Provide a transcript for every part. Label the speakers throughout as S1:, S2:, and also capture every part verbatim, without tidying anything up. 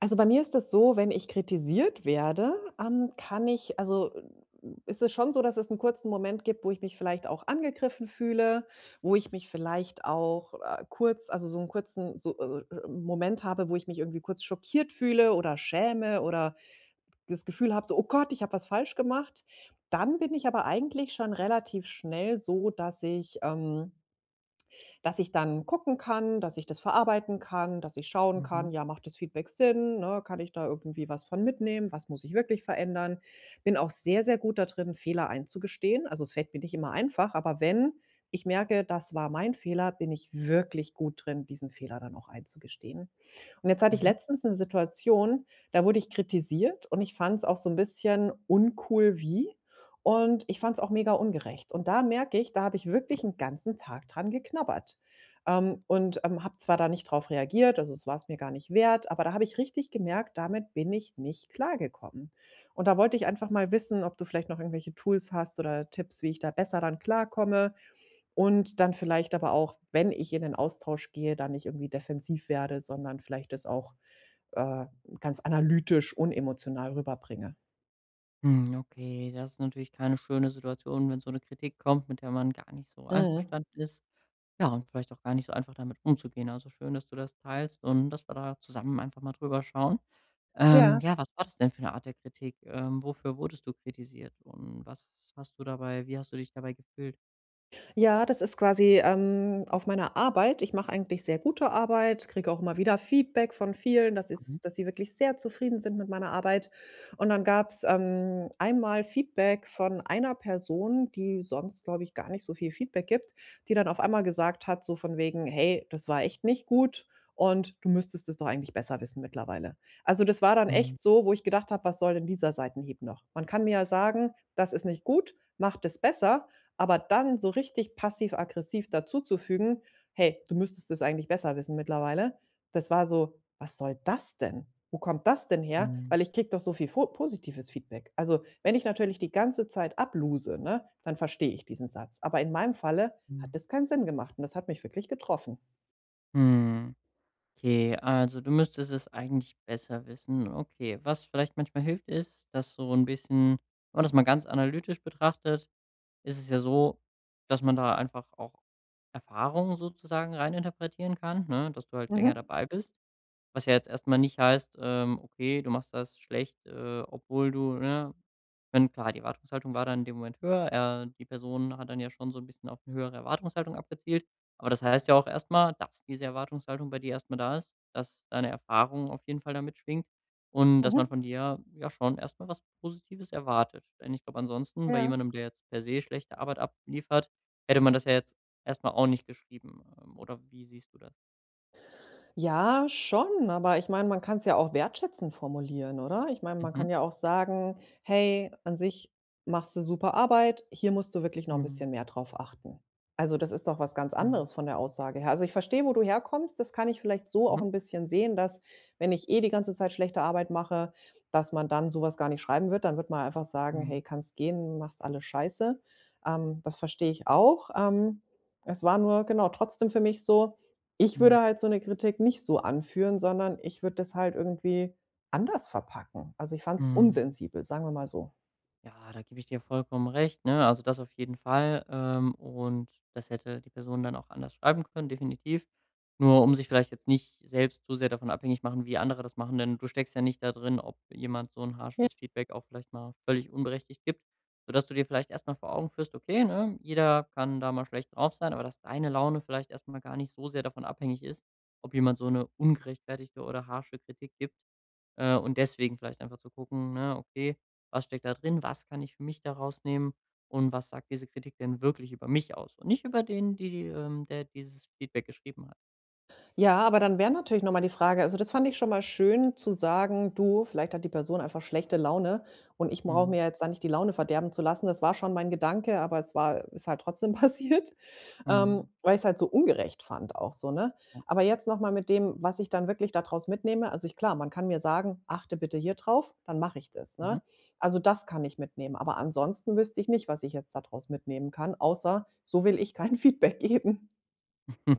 S1: Also bei mir ist es so, wenn ich kritisiert werde, ähm, kann ich also äh, ist es schon so, dass es einen kurzen Moment gibt, wo ich mich vielleicht auch angegriffen fühle, wo ich mich vielleicht auch, äh, kurz, also so einen kurzen so, äh, äh, Moment habe, wo ich mich irgendwie kurz schockiert fühle oder schäme oder das Gefühl habe so: „Oh Gott, ich habe was falsch gemacht." Dann bin ich aber eigentlich schon relativ schnell so, dass ich, ähm dass ich dann gucken kann, dass ich das verarbeiten kann, dass ich schauen
S2: Mhm,
S1: kann, ja, macht das Feedback Sinn, ne? Kann ich da irgendwie was von mitnehmen? Was muss ich wirklich verändern? Bin auch sehr, sehr gut da drin, Fehler einzugestehen. Also, es fällt mir nicht immer einfach, aber wenn ich merke, das war mein Fehler, bin ich wirklich gut drin, diesen Fehler dann auch einzugestehen. Und jetzt hatte ich
S2: mhm.
S1: letztens eine Situation, da wurde ich kritisiert und ich fand es auch so ein bisschen uncool wie. Und ich fand es auch mega ungerecht. Und da merke ich, da habe ich wirklich einen ganzen Tag dran geknabbert. Ähm, und, ähm, habe zwar da nicht drauf reagiert, also, es war es mir gar nicht wert, aber da habe ich richtig gemerkt, damit bin ich nicht klargekommen. Und da wollte ich einfach mal wissen, ob du vielleicht noch irgendwelche Tools hast oder Tipps, wie ich da besser dran klarkomme und dann vielleicht aber auch, wenn ich in den Austausch gehe, da nicht irgendwie defensiv werde, sondern vielleicht das auch, äh, ganz analytisch, unemotional rüberbringe.
S2: Hm, okay, das ist natürlich keine schöne Situation, wenn so eine Kritik kommt, mit der man gar nicht so
S1: Mhm.
S2: einverstanden ist. Ja, und vielleicht auch gar nicht so einfach damit umzugehen. Also, schön, dass du das teilst und dass wir da zusammen einfach mal drüber schauen.
S1: Ja.
S2: Ähm, ja, was war das denn für eine Art der Kritik? Ähm, wofür wurdest du kritisiert und was hast du dabei wie hast du dich dabei gefühlt?
S1: Ja, das ist quasi, ähm, auf meiner Arbeit. Ich mache eigentlich sehr gute Arbeit, kriege auch immer wieder Feedback von vielen, dass
S2: Mhm.
S1: ist, dass sie wirklich sehr zufrieden sind mit meiner Arbeit. Und dann gab's, ähm, einmal Feedback von einer Person, die sonst, glaube ich, gar nicht so viel Feedback gibt, die dann auf einmal gesagt hat, so von wegen: „Hey, das war echt nicht gut und du müsstest es doch eigentlich besser wissen mittlerweile." Also, das war dann
S2: Mhm.
S1: echt so, wo ich gedacht habe: „Was soll denn dieser Seitenhieb noch? Man kann mir ja sagen, das ist nicht gut, macht es besser." Aber dann so richtig passiv-aggressiv dazuzufügen: „Hey, du müsstest es eigentlich besser wissen mittlerweile." Das war so: „Was soll das denn? Wo kommt das denn her?"
S2: Mhm.
S1: Weil ich kriege doch so viel vo positives Feedback. Also, wenn ich natürlich die ganze Zeit abluse, ne, dann verstehe ich diesen Satz. Aber in meinem Falle hat
S2: Mhm.
S1: das keinen Sinn gemacht und das hat mich wirklich getroffen.
S2: Hm. Okay, also du müsstest es eigentlich besser wissen. Okay, was vielleicht manchmal hilft, ist, dass so ein bisschen wenn man das mal ganz analytisch betrachtet, ist es ja so, dass man da einfach auch Erfahrungen sozusagen reininterpretieren kann, ne, dass du halt länger
S1: Mhm.
S2: dabei bist. Was ja jetzt erstmal nicht heißt, ähm, okay, du machst das schlecht, äh, obwohl du, ne denn klar, die Erwartungshaltung war dann in dem Moment höher. Er Die Person hat dann ja schon so ein bisschen auf eine höhere Erwartungshaltung abgezielt. Aber das heißt ja auch erstmal, dass diese Erwartungshaltung bei dir erstmal da ist, dass deine Erfahrung auf jeden Fall damit schwingt und dass man
S1: Mhm.
S2: von dir ja schon erstmal was Positives erwartet. Denn ich glaube, ansonsten bei
S1: Ja.
S2: jemandem, der jetzt per se schlechte Arbeit abliefert, hätte man das ja jetzt erstmal auch nicht geschrieben. Ähm, oder wie siehst du das?
S1: Ja, schon, aber ich meine, man kann es ja auch wertschätzend formulieren, oder? Ich meine, man
S2: Mhm,
S1: kann ja auch sagen: „Hey, an sich machst du super Arbeit, hier musst du wirklich noch ein
S2: mhm,
S1: bisschen mehr drauf achten." Also, das ist doch was ganz
S2: mhm,
S1: anderes von der Aussage her. Also, ich verstehe, wo du herkommst. Das kann ich vielleicht so auch
S2: mhm.
S1: ein bisschen sehen, dass, wenn ich eh die ganze Zeit schlechte Arbeit mache, dass man dann sowas gar nicht schreiben wird. Dann wird man einfach sagen:
S2: Mhm,
S1: „Hey, kannst gehen, machst alles scheiße." Ähm, das verstehe ich auch. Ähm, es war nur, genau, trotzdem für mich so, ich
S2: mhm,
S1: würde halt so 'ne Kritik nicht so anführen, sondern ich würde das halt irgendwie anders verpacken. Also, ich fand's
S2: mhm.
S1: unsensibel, sagen wir mal so.
S2: Ja, da gebe ich dir vollkommen recht, ne? Also, das auf jeden Fall. Ähm, und das hätte die Person dann auch anders schreiben können, definitiv. Nur um sich vielleicht jetzt nicht selbst zu sehr davon abhängig machen, wie andere das machen, denn du steckst ja nicht da drin, ob jemand so ein harsches Feedback auch vielleicht mal völlig unberechtigt gibt, sodass du dir vielleicht erstmal vor Augen führst: Okay, ne, jeder kann da mal schlecht drauf sein, aber dass deine Laune vielleicht erstmal gar nicht so sehr davon abhängig ist, ob jemand so eine ungerechtfertigte oder harsche Kritik gibt. Äh, und deswegen vielleicht einfach zu gucken, ne, okay, was steckt da drin? Was kann ich für mich daraus nehmen? Und was sagt diese Kritik denn wirklich über mich aus? Und nicht über den, die, die, ähm, der dieses Feedback geschrieben hat.
S1: Ja, aber dann wäre natürlich noch mal die Frage, also, das fand ich schon mal schön zu sagen: „Du, vielleicht hat die Person einfach schlechte Laune und ich brauche
S2: Mhm.
S1: mir jetzt da nicht die Laune verderben zu lassen." Das war schon mein Gedanke, aber es war ist halt trotzdem passiert, ähm,
S2: Mhm.
S1: weil ich es halt so ungerecht fand auch so, ne?
S2: Ja.
S1: Aber jetzt noch mal mit dem, was ich dann wirklich daraus mitnehme, also, ich klar, man kann mir sagen: „Achte bitte hier drauf", dann mache ich das,
S2: Mhm.
S1: ne? Also, das kann ich mitnehmen, aber ansonsten wüsste ich nicht, was ich jetzt daraus mitnehmen kann, außer: „So will ich kein Feedback geben."
S2: Hm.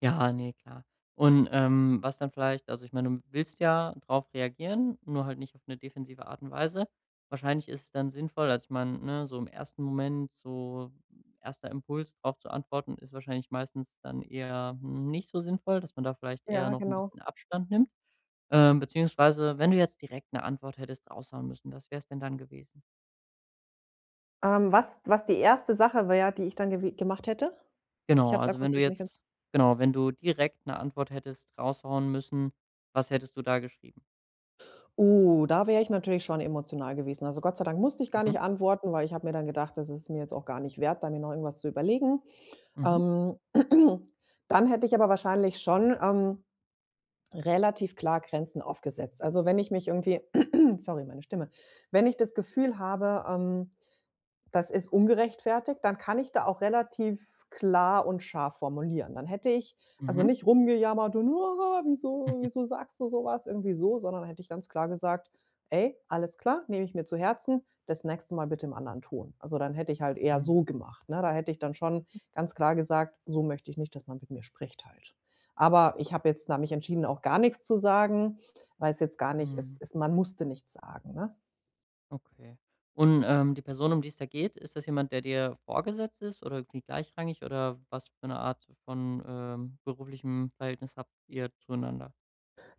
S2: Ja, ne, klar. Und, ähm, was dann vielleicht also, ich meine, du willst ja drauf reagieren, nur halt nicht auf eine defensive Art und Weise. Wahrscheinlich ist es dann sinnvoll also, ich meine, ne, so im ersten Moment, so erster Impuls drauf zu antworten, ist wahrscheinlich meistens dann eher nicht so sinnvoll, dass man da vielleicht eher
S1: Ja,
S2: noch ein
S1: genau.
S2: bisschen Abstand nimmt. Ähm, beziehungsweise, wenn du jetzt direkt eine Antwort hättest raushauen müssen, was wäre es denn dann gewesen?
S1: Ähm, was was die erste Sache wäre, die ich dann gewi gemacht hätte? Ich
S2: Genau,
S1: habe es
S2: also, wenn du
S1: akustisch nicht ganz.
S2: jetzt genau, wenn du direkt eine Antwort hättest raushauen müssen, was hättest du da geschrieben?
S1: Oh, da wäre ich natürlich schon emotional gewesen. Also, Gott sei Dank musste ich gar
S2: Mhm,
S1: nicht antworten, weil ich habe mir dann gedacht, das ist mir jetzt auch gar nicht wert, da mir noch irgendwas zu überlegen.
S2: mhm,
S1: Ähm, dann hätte ich aber wahrscheinlich schon, ähm, relativ klar Grenzen aufgesetzt. Also, wenn ich mich irgendwie sorry, meine Stimme. Wenn ich das Gefühl habe, ähm Das ist ungerechtfertigt, dann kann ich da auch relativ klar und scharf formulieren. Dann hätte ich also
S2: mhm,
S1: nicht rumgejammert und: „Ah, wieso wieso sagst du sowas irgendwie so?", sondern hätte ich ganz klar gesagt: „Ey, alles klar, nehme ich mir zu Herzen, das nächste Mal bitte im anderen Ton." Also, dann hätte ich halt eher
S2: mhm,
S1: so gemacht, ne? Da hätte ich dann schon ganz klar gesagt: „So möchte ich nicht, dass man mit mir spricht halt." Aber ich habe jetzt da mich entschieden, auch gar nichts zu sagen, weil's jetzt gar nicht, es
S2: mhm.
S1: es man musste nichts sagen, ne?
S2: Okay. Und, ähm, die Person, um die es da geht, ist das jemand, der dir vorgesetzt ist oder irgendwie gleichrangig oder was für eine Art von, ähm, beruflichem Verhältnis habt ihr zueinander?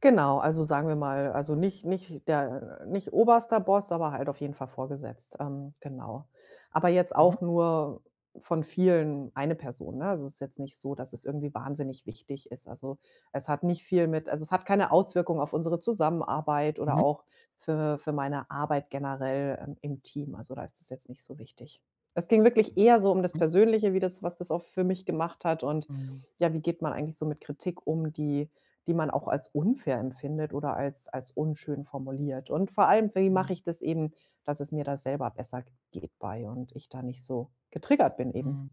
S1: Genau, also sagen wir mal, also nicht nicht der nicht oberster Boss, aber halt auf jeden Fall vorgesetzt, ähm, genau. Aber jetzt
S2: Mhm,
S1: auch nur von vielen eine Person, ne? Also, es ist jetzt nicht so, dass es irgendwie wahnsinnig wichtig ist. Also, es hat nicht viel mit, also, es hat keine Auswirkung auf unsere Zusammenarbeit oder
S2: mhm,
S1: auch für für meine Arbeit generell, ähm, im Team. Also, da ist es jetzt nicht so wichtig. Es ging wirklich eher so um das
S2: mhm,
S1: Persönliche, wie das, was das auch für mich gemacht hat, und
S2: mhm,
S1: ja, wie geht man eigentlich so mit Kritik um, die die man auch als unfair empfindet oder als als unschön formuliert. Und vor allem, wie mache
S2: mhm,
S1: ich das eben, dass es mir da selber besser geht bei und ich da nicht so getriggert bin eben.
S2: mhm.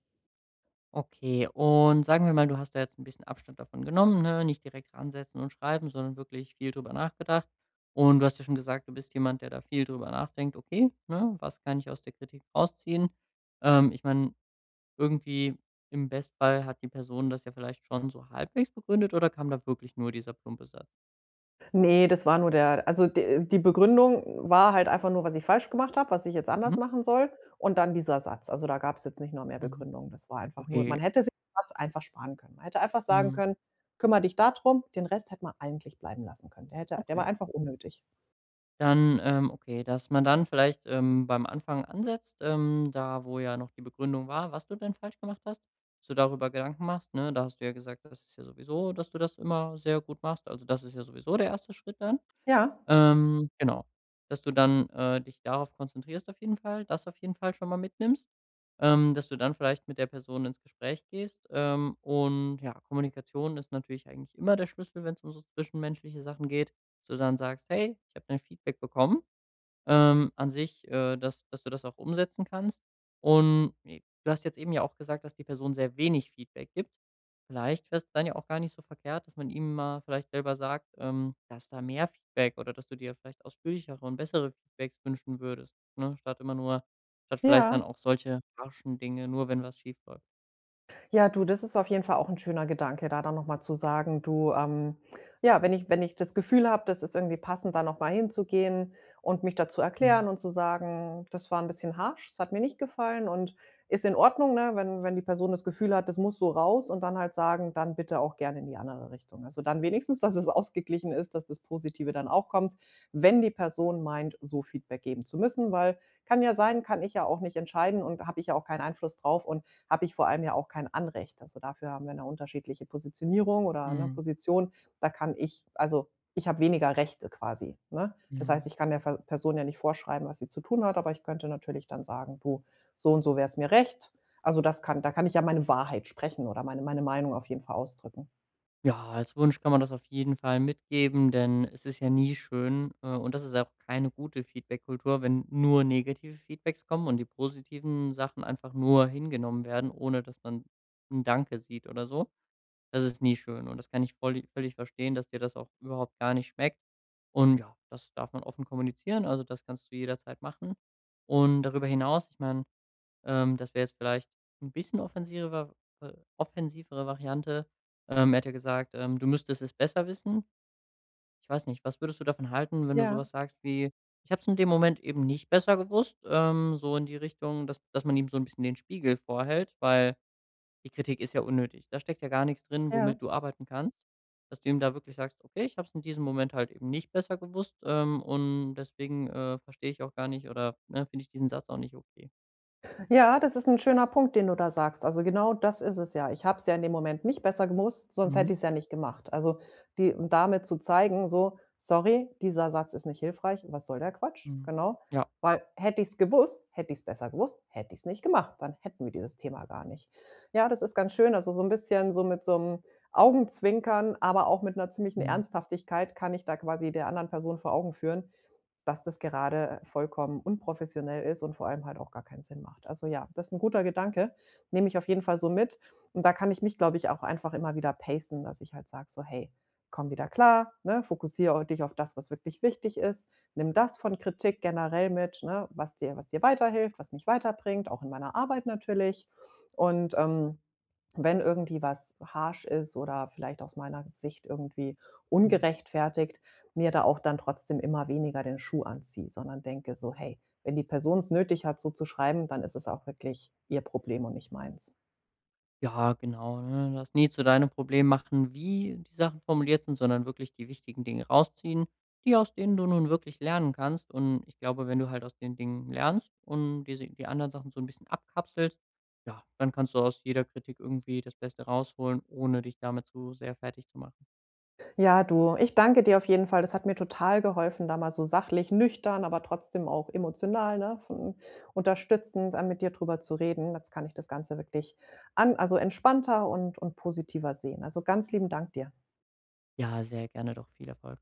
S2: Okay, und sagen wir mal, du hast da jetzt ein bisschen Abstand davon genommen, ne? Nicht direkt ransetzen und schreiben, sondern wirklich viel drüber nachgedacht. Und du hast ja schon gesagt, du bist jemand, der da viel drüber nachdenkt: „Okay, ne, was kann ich aus der Kritik rausziehen?“ Ähm, ich meine irgendwie im Bestfall hat die Person das ja vielleicht schon so halbwegs begründet oder kam da wirklich nur dieser plumpe Satz?
S1: Ne, das war nur der, also d die Begründung war halt einfach nur, was ich falsch gemacht habe, was ich jetzt anders
S2: Mhm,
S1: machen soll und dann dieser Satz. Also, da gab es jetzt nicht noch mehr
S2: mhm.
S1: Begründung. Das war einfach nur, man
S2: Okay,
S1: hätte sich den Satz einfach sparen können. Man hätte einfach sagen
S2: hm,
S1: können: „Kümmere dich darum." Den Rest hätte man eigentlich bleiben lassen können. Der hätte, der war
S2: okay.
S1: einfach unnötig.
S2: Dann, ähm, okay, dass man dann vielleicht, ähm, beim Anfang ansetzt, ähm, da wo ja noch die Begründung war, was du denn falsch gemacht hast, dass du darüber Gedanken machst, ne? Da hast du ja gesagt, das ist ja sowieso dass du das immer sehr gut machst. Also, das ist ja sowieso der erste Schritt dann.
S1: Ja,
S2: Ähm, genau, dass du dann, äh, dich darauf konzentrierst auf jeden Fall, das auf jeden Fall schon mal mitnimmst, ähm, dass du dann vielleicht mit der Person ins Gespräch gehst, ähm, und ja, Kommunikation ist natürlich eigentlich immer der Schlüssel, wenn es um so zwischenmenschliche Sachen geht, dass du dann sagst: „Hey, ich habe dein Feedback bekommen.“ ähm, an sich, äh, dass dass du das auch umsetzen kannst. Und, j du hast jetzt eben ja auch gesagt, dass die Person sehr wenig Feedback gibt. Vielleicht wär's dann ja auch gar nicht so verkehrt, dass man ihm mal vielleicht selber sagt, ähm, dass da mehr Feedback oder dass du dir vielleicht ausführlichere und bessere Feedbacks wünschen würdest, ne? Statt immer nur statt vielleicht dann
S1: ja.
S2: auch solche harschen Dinge, nur wenn was schiefläuft.
S1: Ja, du, das ist auf jeden Fall auch ein schöner Gedanke, da dann noch mal zu sagen: „Du, ähm, ja, wenn ich, wenn ich das Gefühl habe, das ist irgendwie passend, da noch mal hinzugehen und mich dazu
S2: Mhm,
S1: erklären und zu sagen: ‚Das war ein bisschen harsch, das hat mir nicht gefallen und ist in Ordnung,'" ne? Wenn wenn die Person das Gefühl hat, das muss so raus, und dann halt sagen: „Dann bitte auch gerne in die andere Richtung." Also, dann wenigstens, dass es ausgeglichen ist, dass das Positive dann auch kommt, wenn die Person meint, so Feedback geben zu müssen, weil, kann ja sein, kann ich ja auch nicht entscheiden und habe ich ja auch keinen Einfluss drauf und habe ich vor allem ja auch kein Anrecht. Also dafür haben wir eine unterschiedliche Positionierung, oder, eine
S2: mhm,
S1: Position. Da kann ich, also, ich habe weniger Rechte quasi, ne? Das heißt,
S2: mhm.
S1: ich kann der Ver Person ja nicht vorschreiben, was sie zu tun hat, aber ich könnte natürlich dann sagen: „Du, so und so wär's mir recht." Also, das kann, da kann ich ja meine Wahrheit sprechen oder meine meine Meinung auf jeden Fall ausdrücken.
S2: Ja, als Wunsch kann man das auf jeden Fall mitgeben, denn es ist ja nie schön, äh, und das ist auch keine gute Feedback-Kultur, wenn nur negative Feedbacks kommen und die positiven Sachen einfach nur hingenommen werden, ohne dass man ein Danke sieht oder so. Das ist nie schön und das kann ich volli völlig verstehen, dass dir das auch überhaupt gar nicht schmeckt. Und ja, das darf man offen kommunizieren, also das kannst du jederzeit machen. Und darüber hinaus, ich meine ähm, das wäre jetzt vielleicht ein bisschen offensiver äh, offensivere Variante. Ähm, er hat ja gesagt, ähm, du müsstest es besser wissen. Ich weiß nicht, was würdest du davon halten, wenn du
S1: Ja,
S2: sowas sagst wie: „Ich habe es in dem Moment eben nicht besser gewusst“, ähm, so in die Richtung, dass dass man ihm so ein bisschen den Spiegel vorhält, weil die Kritik ist ja unnötig. Da steckt ja gar nichts drin,
S1: ja.
S2: womit du arbeiten kannst. Dass du ihm da wirklich sagst: „Okay, ich habe es in diesem Moment halt eben nicht besser gewusst, ähm, und deswegen, äh, verstehe ich auch gar nicht oder, ne, finde ich diesen Satz auch nicht okay.“
S1: Ja, das ist ein schöner Punkt, den du da sagst. Also, genau das ist es ja. Ich habe es ja in dem Moment nicht besser gewusst, sonst
S2: Mhm,
S1: hätte ich es ja nicht gemacht. Also, die, und damit zu zeigen, so: „Sorry, dieser Satz ist nicht hilfreich. Was soll der Quatsch?"
S2: mhm.
S1: Genau,
S2: Ja.
S1: weil hätte ich es gewusst, hätte ich es besser gewusst, hätte ich es nicht gemacht, dann hätten wir dieses Thema gar nicht. Ja, das ist ganz schön, also, so ein bisschen so mit so einem Augenzwinkern, aber auch mit einer ziemlichen
S2: Mhm,
S1: Ernsthaftigkeit kann ich da quasi der anderen Person vor Augen führen, dass das gerade vollkommen unprofessionell ist und vor allem halt auch gar keinen Sinn macht. Also ja, das ist ein guter Gedanke, nehme ich auf jeden Fall so mit. Und da kann ich mich, glaube ich, auch einfach immer wieder pacen, dass ich halt sage so: „Hey, komm wieder klar, ne? Fokussiere dich auf das, was wirklich wichtig ist. Nimm das von Kritik generell mit, ne, was dir was dir weiterhilft, was mich weiterbringt, auch in meiner Arbeit natürlich." Und, ähm, wenn irgendwie was harsch ist oder vielleicht aus meiner Sicht irgendwie
S2: mhm.
S1: ungerechtfertigt, mir da auch dann trotzdem immer weniger den Schuh anziehe, sondern denke so: „Hey, wenn die Person es nötig hat, so zu schreiben, dann ist es auch wirklich ihr Problem und nicht meins."
S2: Ja, genau, ne? Das nie zu deinem Problem machen, wie die Sachen formuliert sind, sondern wirklich die wichtigen Dinge rausziehen, die aus denen du nun wirklich lernen kannst. Und ich glaube, wenn du halt aus den Dingen lernst und diese die anderen Sachen so ein bisschen abkapselst, ja, dann kannst du aus jeder Kritik irgendwie das Beste rausholen, ohne dich damit zu sehr fertig zu machen.
S1: Ja, du, ich danke dir auf jeden Fall. Das hat mir total geholfen, da mal so sachlich, nüchtern, aber trotzdem auch emotional, ne, von unterstützend dann mit dir drüber zu reden. Jetzt kann ich das Ganze wirklich an, also, entspannter und und positiver sehen. Also, ganz lieben Dank dir.
S2: Ja, sehr gerne doch. Viel Erfolg.